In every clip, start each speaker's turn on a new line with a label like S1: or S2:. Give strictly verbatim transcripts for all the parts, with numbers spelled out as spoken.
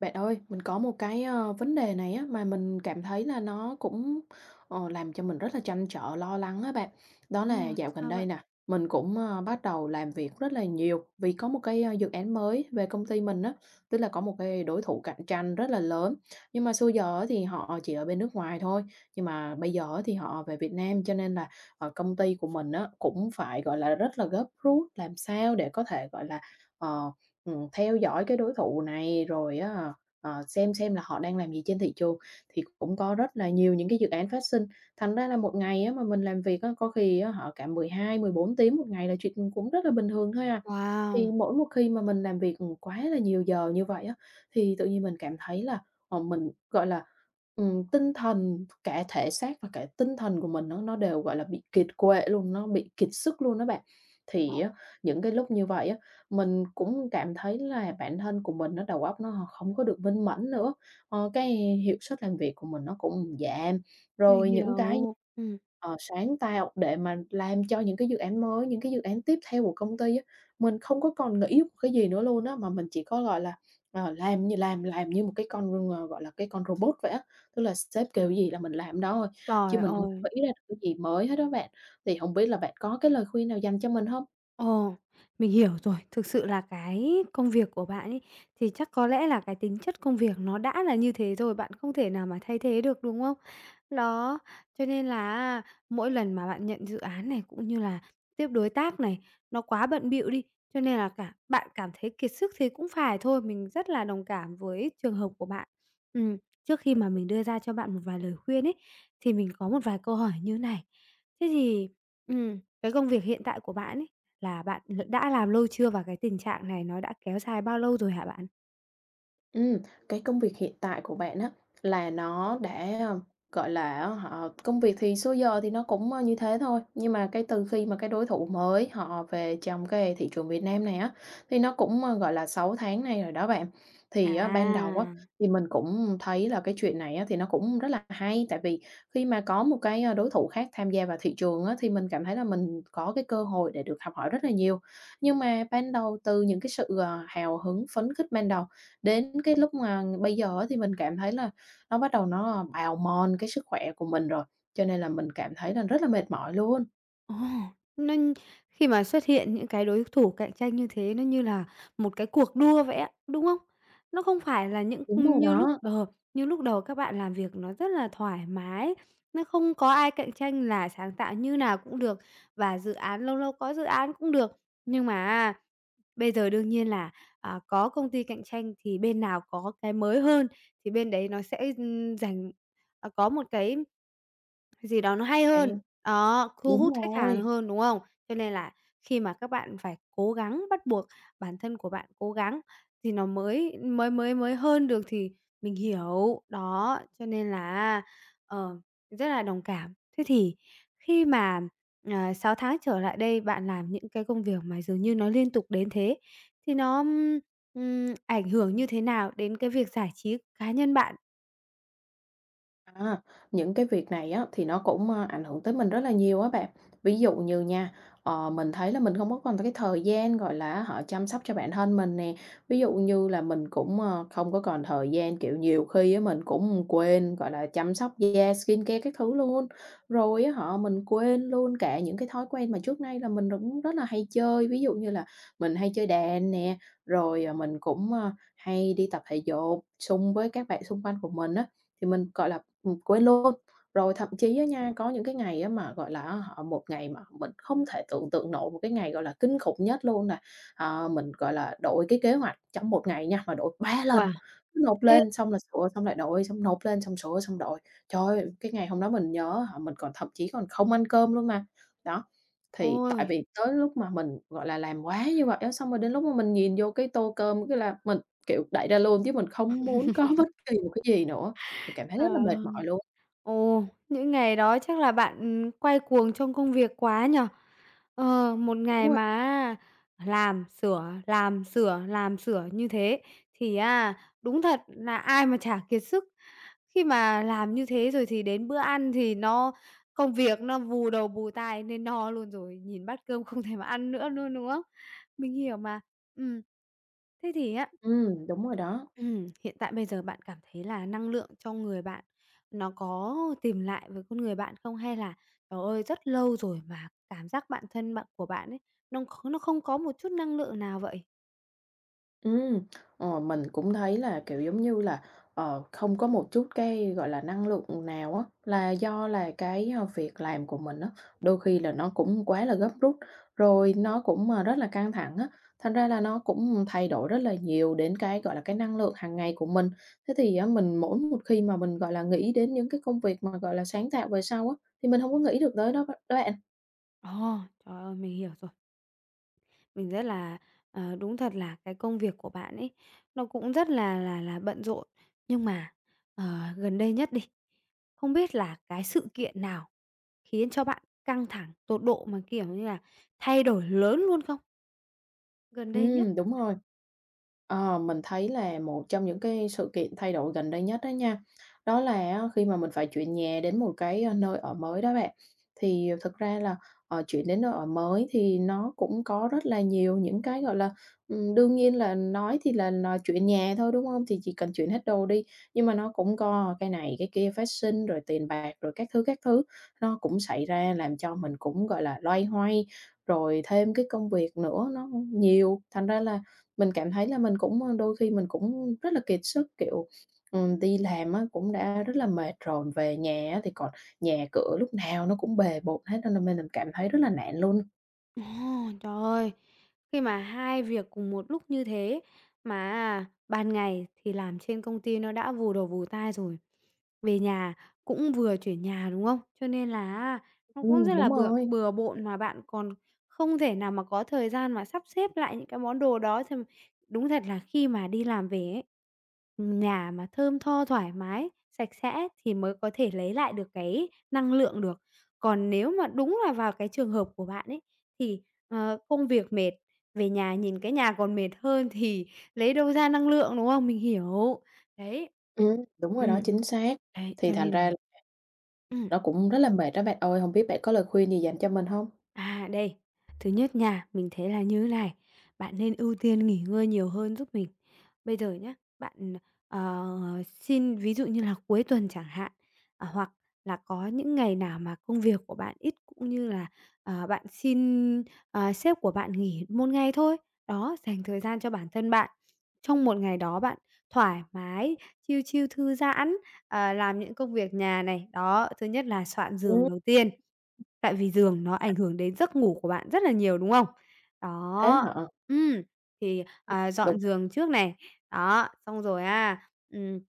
S1: Bạn ơi, mình có một cái, ơ, vấn đề này á, mà mình cảm thấy là nó cũng, ờ, làm cho mình rất là trăn trở, lo lắng á bạn. Đó
S2: Ồ,
S1: là dạo gần
S2: sao
S1: đây
S2: vậy?
S1: nè, mình cũng, ơ, bắt đầu làm việc rất là nhiều vì có một cái, ơ, dự án mới về công ty mình á, tức là có một cái đối thủ cạnh tranh rất là lớn. Nhưng mà xưa giờ á thì họ chỉ ở bên nước ngoài thôi, nhưng mà bây giờ á thì họ về Việt Nam, cho nên là, ờ, công ty của mình á cũng phải, gọi là, rất là gấp rút làm sao để có thể, gọi là, ờ, ừm, theo dõi cái đối thủ này, rồi á. Ờ, xem xem là họ đang làm gì trên thị trường, thì cũng có rất là nhiều những cái dự án phát sinh. Thành ra là một ngày á mà mình làm việc á, có khi á hả cả mười hai, mười bốn tiếng một ngày là chuyện cũng rất là bình thường thôi à. Thì
S2: Wow,
S1: mỗi một khi mà mình làm việc quá là nhiều giờ như vậy á, thì tự nhiên mình cảm thấy là, ờ, mình, gọi là, ừm, tinh thần, cả thể xác và cả tinh thần của mình nó nó đều, gọi là, bị kiệt quệ luôn, nó bị kiệt sức luôn đó bạn. Thì á, những cái lúc như vậy á, mình cũng cảm thấy là bản thân của mình nó đầu óc nó không có được minh mẫn nữa, ờ, cái hiệu suất làm việc của mình nó cũng giảm.
S2: mình
S1: Rồi những cái,
S2: hiểu. ừ
S1: ờ, sáng tạo để mà làm cho những cái dự án mới, những cái dự án tiếp theo của công ty á, mình không có còn nghĩ một cái gì nữa luôn á, mà mình chỉ có, gọi là, ờ, làm như làm làm như một cái con, ờ, gọi là, cái con robot vậy á, tức là sếp kêu gì là mình làm đó thôi, chứ
S2: Trời
S1: mình không
S2: ơi!
S1: nghĩ ra được cái gì mới hết đó bạn. Thì không biết là bạn có cái lời khuyên nào dành cho mình không?
S2: Ồ, mình hiểu rồi. Thực sự là cái công việc của bạn ấy, thì chắc có lẽ là cái tính chất công việc nó đã là như thế rồi, bạn không thể nào mà thay thế được, đúng không? Đó, cho nên là mỗi lần mà bạn nhận dự án này, cũng như là tiếp đối tác này, nó quá bận bịu đi, cho nên là cả bạn cảm thấy kiệt sức thì cũng phải thôi. Mình rất là đồng cảm với trường hợp của bạn. Ừm, Trước khi mà mình đưa ra cho bạn một vài lời khuyên ấy, thì mình có một vài câu hỏi như này. Thế thì, ừm, cái công việc hiện tại của bạn ấy là bạn l đã làm lâu chưa và cái tình trạng này nó đã kéo dài bao lâu rồi hả bạn?
S1: Ừm, cái công việc hiện tại của bạn á là nó đã, ờ, gọi là, á hả, công việc thì số giờ thì nó cũng, ơ, như thế thôi, nhưng mà cái từ khi mà cái đối thủ mới họ về trong cái thị trường Việt Nam này á, thì nó cũng, ơ, gọi là, sáu tháng nay rồi đó bạn. Thì á, ban đầu á,
S2: À.
S1: thì mình cũng thấy là cái chuyện này á thì nó cũng rất là hay, tại vì khi mà có một cái, ơ, đối thủ khác tham gia vào thị trường á, thì mình cảm thấy là mình có cái cơ hội để được học hỏi rất là nhiều. Nhưng mà ban đầu từ những cái sự, ờ, hào hứng, phấn khích ban đầu Đến cái lúc mà bây giờ á thì mình cảm thấy là nó bắt đầu nó bào mòn cái sức khỏe của mình rồi, cho nên là mình cảm thấy là rất là mệt mỏi luôn.
S2: Ồ, nó khi mà xuất hiện những cái đối thủ cạnh tranh như thế nó như là một cái cuộc đua vậy á, đúng không? Nó không phải là những
S1: Đúng rồi
S2: như lúc
S1: đó,
S2: đầu như lúc đầu các bạn làm việc nó rất là thoải mái, nó không có ai cạnh tranh là sáng tạo như nào cũng được và dự án lâu lâu có dự án cũng được. Nhưng mà à, bây giờ đương nhiên là, à, có công ty cạnh tranh thì bên nào có cái mới hơn thì bên đấy nó sẽ, ừm, giành à, có một cái gì đó nó hay
S1: đấy,
S2: hơn, đó, thu
S1: đúng
S2: hút khách
S1: rồi.
S2: hàng hơn, đúng không? Cho nên là khi mà các bạn phải cố gắng, bắt buộc bản thân của bạn cố gắng thì nó mới mới mới mới hơn được thì mình hiểu, đó, cho nên là ờ, rất là đồng cảm. Thế thì khi mà, ờ, sáu tháng trở lại đây bạn làm những cái công việc mà dường như nó liên tục đến thế, thì nó, ưm, ừm, ảnh hưởng như thế nào đến cái việc giải trí cá nhân bạn?
S1: À, những cái việc này á, thì nó cũng, a, ảnh hưởng tới mình rất là nhiều á bạn. Ví dụ như nha, ờ, mình thấy là mình không có còn cái thời gian, gọi là họ chăm sóc cho bản thân mình nè. Ví dụ như là mình cũng, ờ, không có còn thời gian, kiểu, nhiều khi á mình cũng quên, gọi là, chăm sóc da, skin care các thứ luôn. Rồi á họ mình quên luôn cả những cái thói quen mà trước nay là mình cũng rất là hay chơi, ví dụ như là mình hay chơi đàn nè, rồi, à, mình cũng, a, hay đi tập thể dục xung với các bạn xung quanh của mình á. Thì mình, gọi là, Ừm, quên luôn. Rồi thậm chí á nha, có những cái ngày á mà, gọi là á hả, một ngày mà mình không thể tưởng tượng nổi một cái ngày, gọi là, kinh khủng nhất luôn nè. Ờ, mình, gọi là, đổi cái kế hoạch trong một ngày nha, mà đổi ba lần,
S2: Wow!
S1: cứ nộp
S2: Thế
S1: lên xong là sửa, xong lại đổi, xong nộp lên xong sửa, xong đổi. Trời ơi, cái ngày hôm đó mình nhớ hả, mình còn thậm chí còn không ăn cơm luôn mà. Đó, thì tại
S2: Ôi!
S1: vì tới lúc mà mình, gọi là, làm quá như vậy á, xong rồi đến lúc mà mình nhìn vô cái tô cơm cái là mình, kiểu, đẩy ra luôn chứ mình không muốn có bất kỳ một cái gì nữa. Mình cảm thấy rất là
S2: Ờ.
S1: mệt mỏi luôn.
S2: Ồ, những ngày đó chắc là bạn, quay cuồng trong công việc quá nhỉ? Ờ, một
S1: Đúng
S2: ngày
S1: rồi.
S2: mà làm, sửa, làm, sửa, làm, sửa như thế thì à đúng thật là ai mà chả kiệt sức. Khi mà làm như thế rồi thì đến bữa ăn thì nó công việc nó vù đầu vù tai nên no luôn rồi, nhìn bát cơm không thể mà ăn nữa luôn, đúng không? Mình hiểu mà. Ừm. Thế thì á.
S1: Ừm, đúng rồi đó.
S2: Ừm, hiện tại bây giờ bạn cảm thấy là năng lượng trong người bạn nó có tìm lại với con người bạn không? Hay là, trời ơi, rất lâu rồi mà cảm giác bản thân bạn của bạn ấy, nó kh nó không có một chút năng lượng nào vậy?
S1: Ừm, ờ, mình cũng thấy là, kiểu, giống như là, ờ, không có một chút cái, gọi là, năng lượng nào á, là do là cái, a, việc làm của mình á, đôi khi là nó cũng quá là gấp rút, rồi nó cũng, à, rất là căng thẳng á, thành ra là nó cũng thay đổi rất là nhiều đến cái, gọi là, cái năng lượng hàng ngày của mình. Thế thì á, mình mỗi một khi mà mình, gọi là, nghĩ đến những cái công việc mà, gọi là, sáng tạo về sau á, thì mình hông có nghĩ được tới đó b đó bạn.
S2: Ồ, trời ơi, mình hiểu rồi. Mình rất là ờ, đúng thật là cái công việc của bạn ấy, nó cũng rất là là là bận rộn. Nhưng mà, ờ, gần đây nhất đi, không biết là cái sự kiện nào khiến cho bạn căng thẳng tột độ mà, kiểu như là, thay đổi lớn luôn không? Gần đây nhất.
S1: Ừm, đúng rồi. Ờ, mình thấy là một trong những cái sự kiện thay đổi gần đây nhất đó nha, đó là á khi mà mình phải chuyển nhà đến một cái, ơ, nơi ở mới đó bạn, thì thực ra là, ờ, chuyển đến nơi ở mới thì nó cũng có rất là nhiều những cái, gọi là, ừm, đương nhiên là nói thì là là chuyển nhà thôi, đúng không? Thì chỉ cần chuyển hết đồ đi, nhưng mà nó cũng có cái này cái kia phát sinh, rồi tiền bạc, rồi các thứ, các thứ, nó cũng xảy ra làm cho mình cũng, gọi là, loay hoay, rồi thêm cái công việc nữa nó nhiều, thành ra là mình cảm thấy là mình cũng, ơ, đôi khi mình cũng rất là kiệt sức, kiểu, ừm, đi làm á cũng đã rất là mệt rồi, về nhà á thì còn nhà cửa lúc nào nó cũng bề bộn hết, nên là mình cảm thấy rất là nản luôn.
S2: Ồ, trời ơi! Khi mà hai việc cùng một lúc như thế mà à, ban ngày thì làm trên công ty nó đã vù đầu vù tai rồi, về nhà cũng vừa chuyển nhà, đúng không? Cho nên là à, nó cũng rất
S1: Ừm,
S2: là
S1: đúng
S2: bừa
S1: rồi.
S2: bừa bộn mà bạn còn không thể nào mà có thời gian mà sắp xếp lại những cái món đồ đó thì đúng thật là khi mà đi làm về ấy, nhà mà thơm tho, thoải mái, sạch sẽ thì mới có thể lấy lại được cái năng lượng được. Còn nếu mà đúng là vào cái trường hợp của bạn ấy, thì, ờ, công việc mệt, về nhà nhìn cái nhà còn mệt hơn thì lấy đâu ra năng lượng, đúng không? Mình hiểu. Đấy.
S1: Ừm, đúng rồi đó,
S2: Ừm,
S1: chính xác.
S2: đấy,
S1: Thì
S2: cho
S1: thành
S2: nên
S1: ra
S2: là.
S1: là
S2: Ừm.
S1: nó cũng rất là mệt đó bạn ơi, không biết bạn có lời khuyên gì dành cho mình không?
S2: À, đây, thứ nhất nha, mình thấy là như này, bạn nên ưu tiên nghỉ ngơi nhiều hơn giúp mình. Bây giờ nhá, bạn, ờ, xin ví dụ như là cuối tuần chẳng hạn, à, hoặc là có những ngày nào mà công việc của bạn ít cũng như là, ờ, bạn xin, ờ, sếp của bạn nghỉ một ngày thôi. Đó, dành thời gian cho bản thân bạn. Trong một ngày đó bạn thoải mái, chiêu chiêu thư giãn, ờ, làm những công việc nhà này. Đó, thứ nhất là soạn giường
S1: Ừm.
S2: đầu tiên. Tại vì giường nó ảnh hưởng đến giấc ngủ của bạn rất là nhiều, đúng không?
S1: Thế
S2: Đó,
S1: hả?
S2: ừm, thì, à,
S1: Đúng.
S2: dọn giường trước này, đó, xong rồi à, ừm,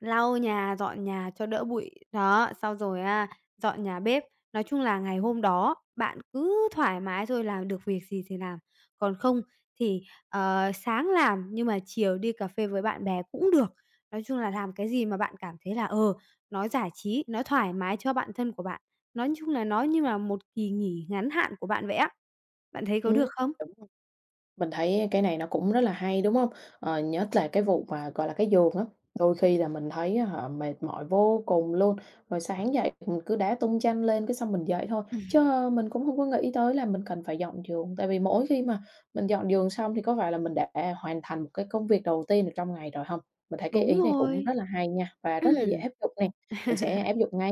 S2: lau nhà, dọn nhà cho đỡ bụi, đó, xong rồi à, dọn nhà bếp. Nói chung là ngày hôm đó bạn cứ thoải mái thôi, làm được việc gì thì làm, còn không thì, ờ, sáng làm nhưng mà chiều đi cà phê với bạn bè cũng được. Nói chung là làm cái gì mà bạn cảm thấy là, ờ, nó giải trí, nó thoải mái cho bản thân của bạn. Nói chung là nó như là một kỳ nghỉ ngắn hạn của bạn vậy á. Bạn thấy có
S1: Ừm.
S2: được không?
S1: Mình thấy cái này nó cũng rất là hay, đúng không? Ờ, nhất là cái vụ mà, gọi là, cái giường á, đôi khi là mình thấy á mệt mỏi vô cùng luôn, rồi sáng dậy mình cứ đá tung chanh lên cái xong mình dậy thôi,
S2: Ừm.
S1: chứ mình cũng không có nghĩ tới là mình cần phải dọn giường. Tại vì mỗi khi mà mình dọn giường xong thì có phải là mình đã hoàn thành một cái công việc đầu tiên ở trong ngày rồi không? Mình thấy cái
S2: Đúng
S1: ý này cũng
S2: rồi.
S1: rất là hay nha, và rất là dễ
S2: Ừm,
S1: áp dụng nè, mình sẽ áp dụng ngay.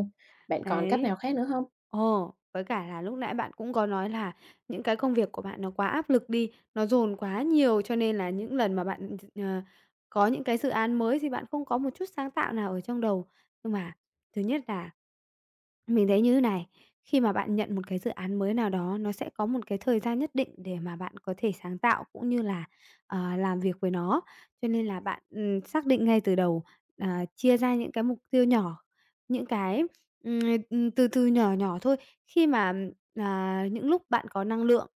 S1: Bạn còn cách
S2: đấy.
S1: nào khác nữa không?
S2: Ồ, với cả là lúc nãy bạn cũng có nói là những cái công việc của bạn nó quá áp lực đi, nó dồn quá nhiều cho nên là những lần mà bạn, d ờ, có những cái dự án mới thì bạn không có một chút sáng tạo nào ở trong đầu. Nhưng mà thứ nhất là. Mình thấy như thế này, khi mà bạn nhận một cái dự án mới nào đó, nó sẽ có một cái thời gian nhất định để mà bạn có thể sáng tạo cũng như là, ờ, làm việc với nó. Cho nên là bạn, ừm, xác định ngay từ đầu, à, chia ra những cái mục tiêu nhỏ, những cái, ừm, ừm, từ từ nhỏ nhỏ thôi. Khi mà, à, những lúc bạn có năng lượng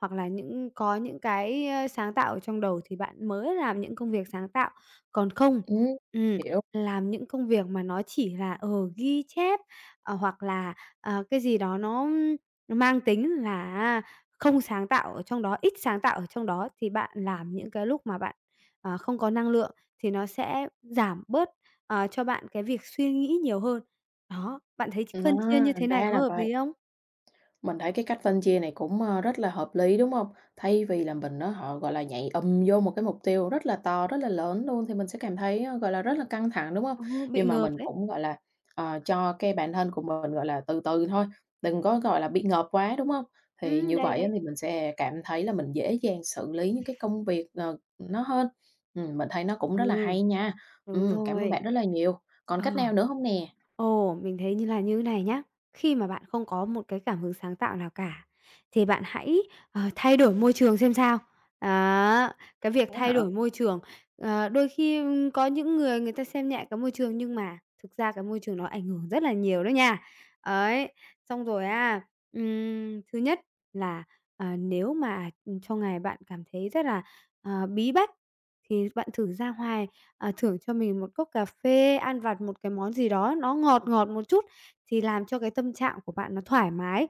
S2: hoặc là những có những cái, ơ, sáng tạo ở trong đầu thì bạn mới làm những công việc sáng tạo. Còn không
S1: Ừm,
S2: ừm,
S1: hiểu,
S2: làm những công việc mà nó chỉ là, ờ, ghi chép. Ờ, hoặc là, ờ, cái gì đó nó mang tính là à, không sáng tạo ở trong đó, ít sáng tạo ở trong đó thì bạn làm những cái lúc mà bạn, ờ, không có năng lượng thì nó sẽ giảm bớt, ờ, cho bạn cái việc suy nghĩ nhiều hơn. Đó, bạn thấy phân chia như
S1: à,
S2: thế này
S1: ra
S2: có
S1: là
S2: hợp
S1: vậy.
S2: lý không?
S1: Mình thấy cái cách phân chia này cũng, ơ, rất là hợp lý, đúng không? Thay vì là mình á, họ, gọi là, nhảy ầm vô một cái mục tiêu rất là to, rất là lớn luôn thì mình sẽ cảm thấy, ơ, gọi là, rất là căng thẳng, đúng không?
S2: Ừ, bị
S1: Nhưng mà
S2: ngợp
S1: mình
S2: đấy.
S1: cũng, gọi là, ờ, cho cái bản thân của mình, gọi là, từ từ thôi, đừng có, gọi là, bị ngợp quá, đúng không? Thì
S2: Ừm,
S1: như
S2: đấy,
S1: vậy á,
S2: đấy.
S1: thì mình sẽ cảm thấy là mình dễ dàng xử lý những cái công việc, ờ, nó hơn. Ừm, mình thấy nó cũng rất là
S2: Ừ,
S1: hay nha.
S2: đúng
S1: Ừm, cảm ơn
S2: rồi.
S1: bạn rất là nhiều. Còn
S2: Ờ.
S1: cách nào nữa không nè?
S2: Ồ, mình thấy như là như này nhá. Khi mà bạn không có một cái cảm hứng sáng tạo nào cả, thì bạn hãy, ờ, thay đổi môi trường xem sao. Đó, cái việc
S1: Có
S2: thay
S1: hả?
S2: đổi môi trường, ờ, đôi khi, ưm, có những người người ta xem nhẹ cái môi trường nhưng mà thực ra cái môi trường nó ảnh hưởng rất là nhiều đó nha. Ấy, xong rồi à, ừm, thứ nhất là, à, nếu mà, trong ngày bạn cảm thấy rất là, ờ, bí bách thì bạn thử ra ngoài à, thưởng cho mình một cốc cà phê, ăn vặt một cái món gì đó nó ngọt ngọt một chút thì làm cho cái tâm trạng của bạn nó thoải mái.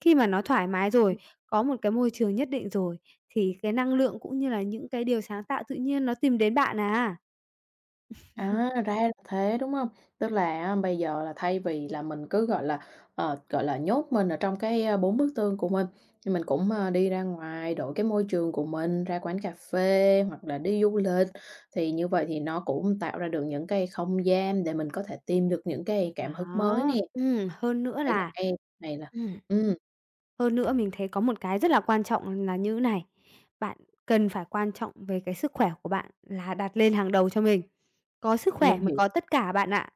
S2: Khi mà nó thoải mái rồi, có một cái môi trường nhất định rồi thì cái năng lượng cũng như là những cái điều sáng tạo tự nhiên nó tìm đến bạn à.
S1: À, ra là thế, đúng không? Tức là á, bây giờ là thay vì là mình cứ, gọi là, ờ, gọi là, nhốt mình ở trong cái, a, bốn bức tường của mình, thì mình cũng, a, đi ra ngoài, đổi cái môi trường của mình, ra quán cà phê hoặc là đi du lịch. Thì như vậy thì nó cũng tạo ra được những cái không gian để mình có thể tìm được những cái cảm hứng mới
S2: Đó,
S1: nè.
S2: ừm, hơn nữa
S1: thấy là
S2: là
S1: cái này là
S2: ừm.
S1: ừm,
S2: Hơn nữa mình thấy có một cái rất là quan trọng là như này, bạn cần phải quan trọng về cái sức khỏe của bạn là đặt lên hàng đầu cho mình. Có sức
S1: mình
S2: khỏe mới
S1: hiểu
S2: có tất cả bạn ạ.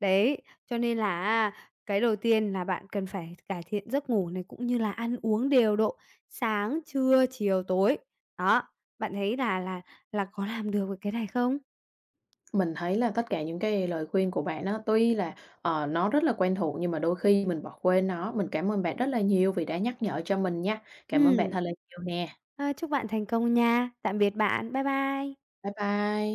S2: Đấy, cho nên là á, cái đầu tiên là bạn cần phải cải thiện giấc ngủ này, cũng như là ăn uống đều độ, sáng, trưa, chiều, tối. Đó, bạn thấy là là là có làm được cái này không?
S1: Mình thấy là tất cả những cái lời khuyên của bạn á, tuy là, ờ, nó rất là quen thuộc nhưng mà đôi khi mình bỏ quên nó. Mình cảm ơn bạn rất là nhiều vì đã nhắc nhở cho mình nha. Cảm ơn bạn
S2: Ừm.
S1: thật là nhiều nè.
S2: Ờ, chúc bạn thành công nha. Tạm biệt bạn. Bye bye.
S1: Bye bye.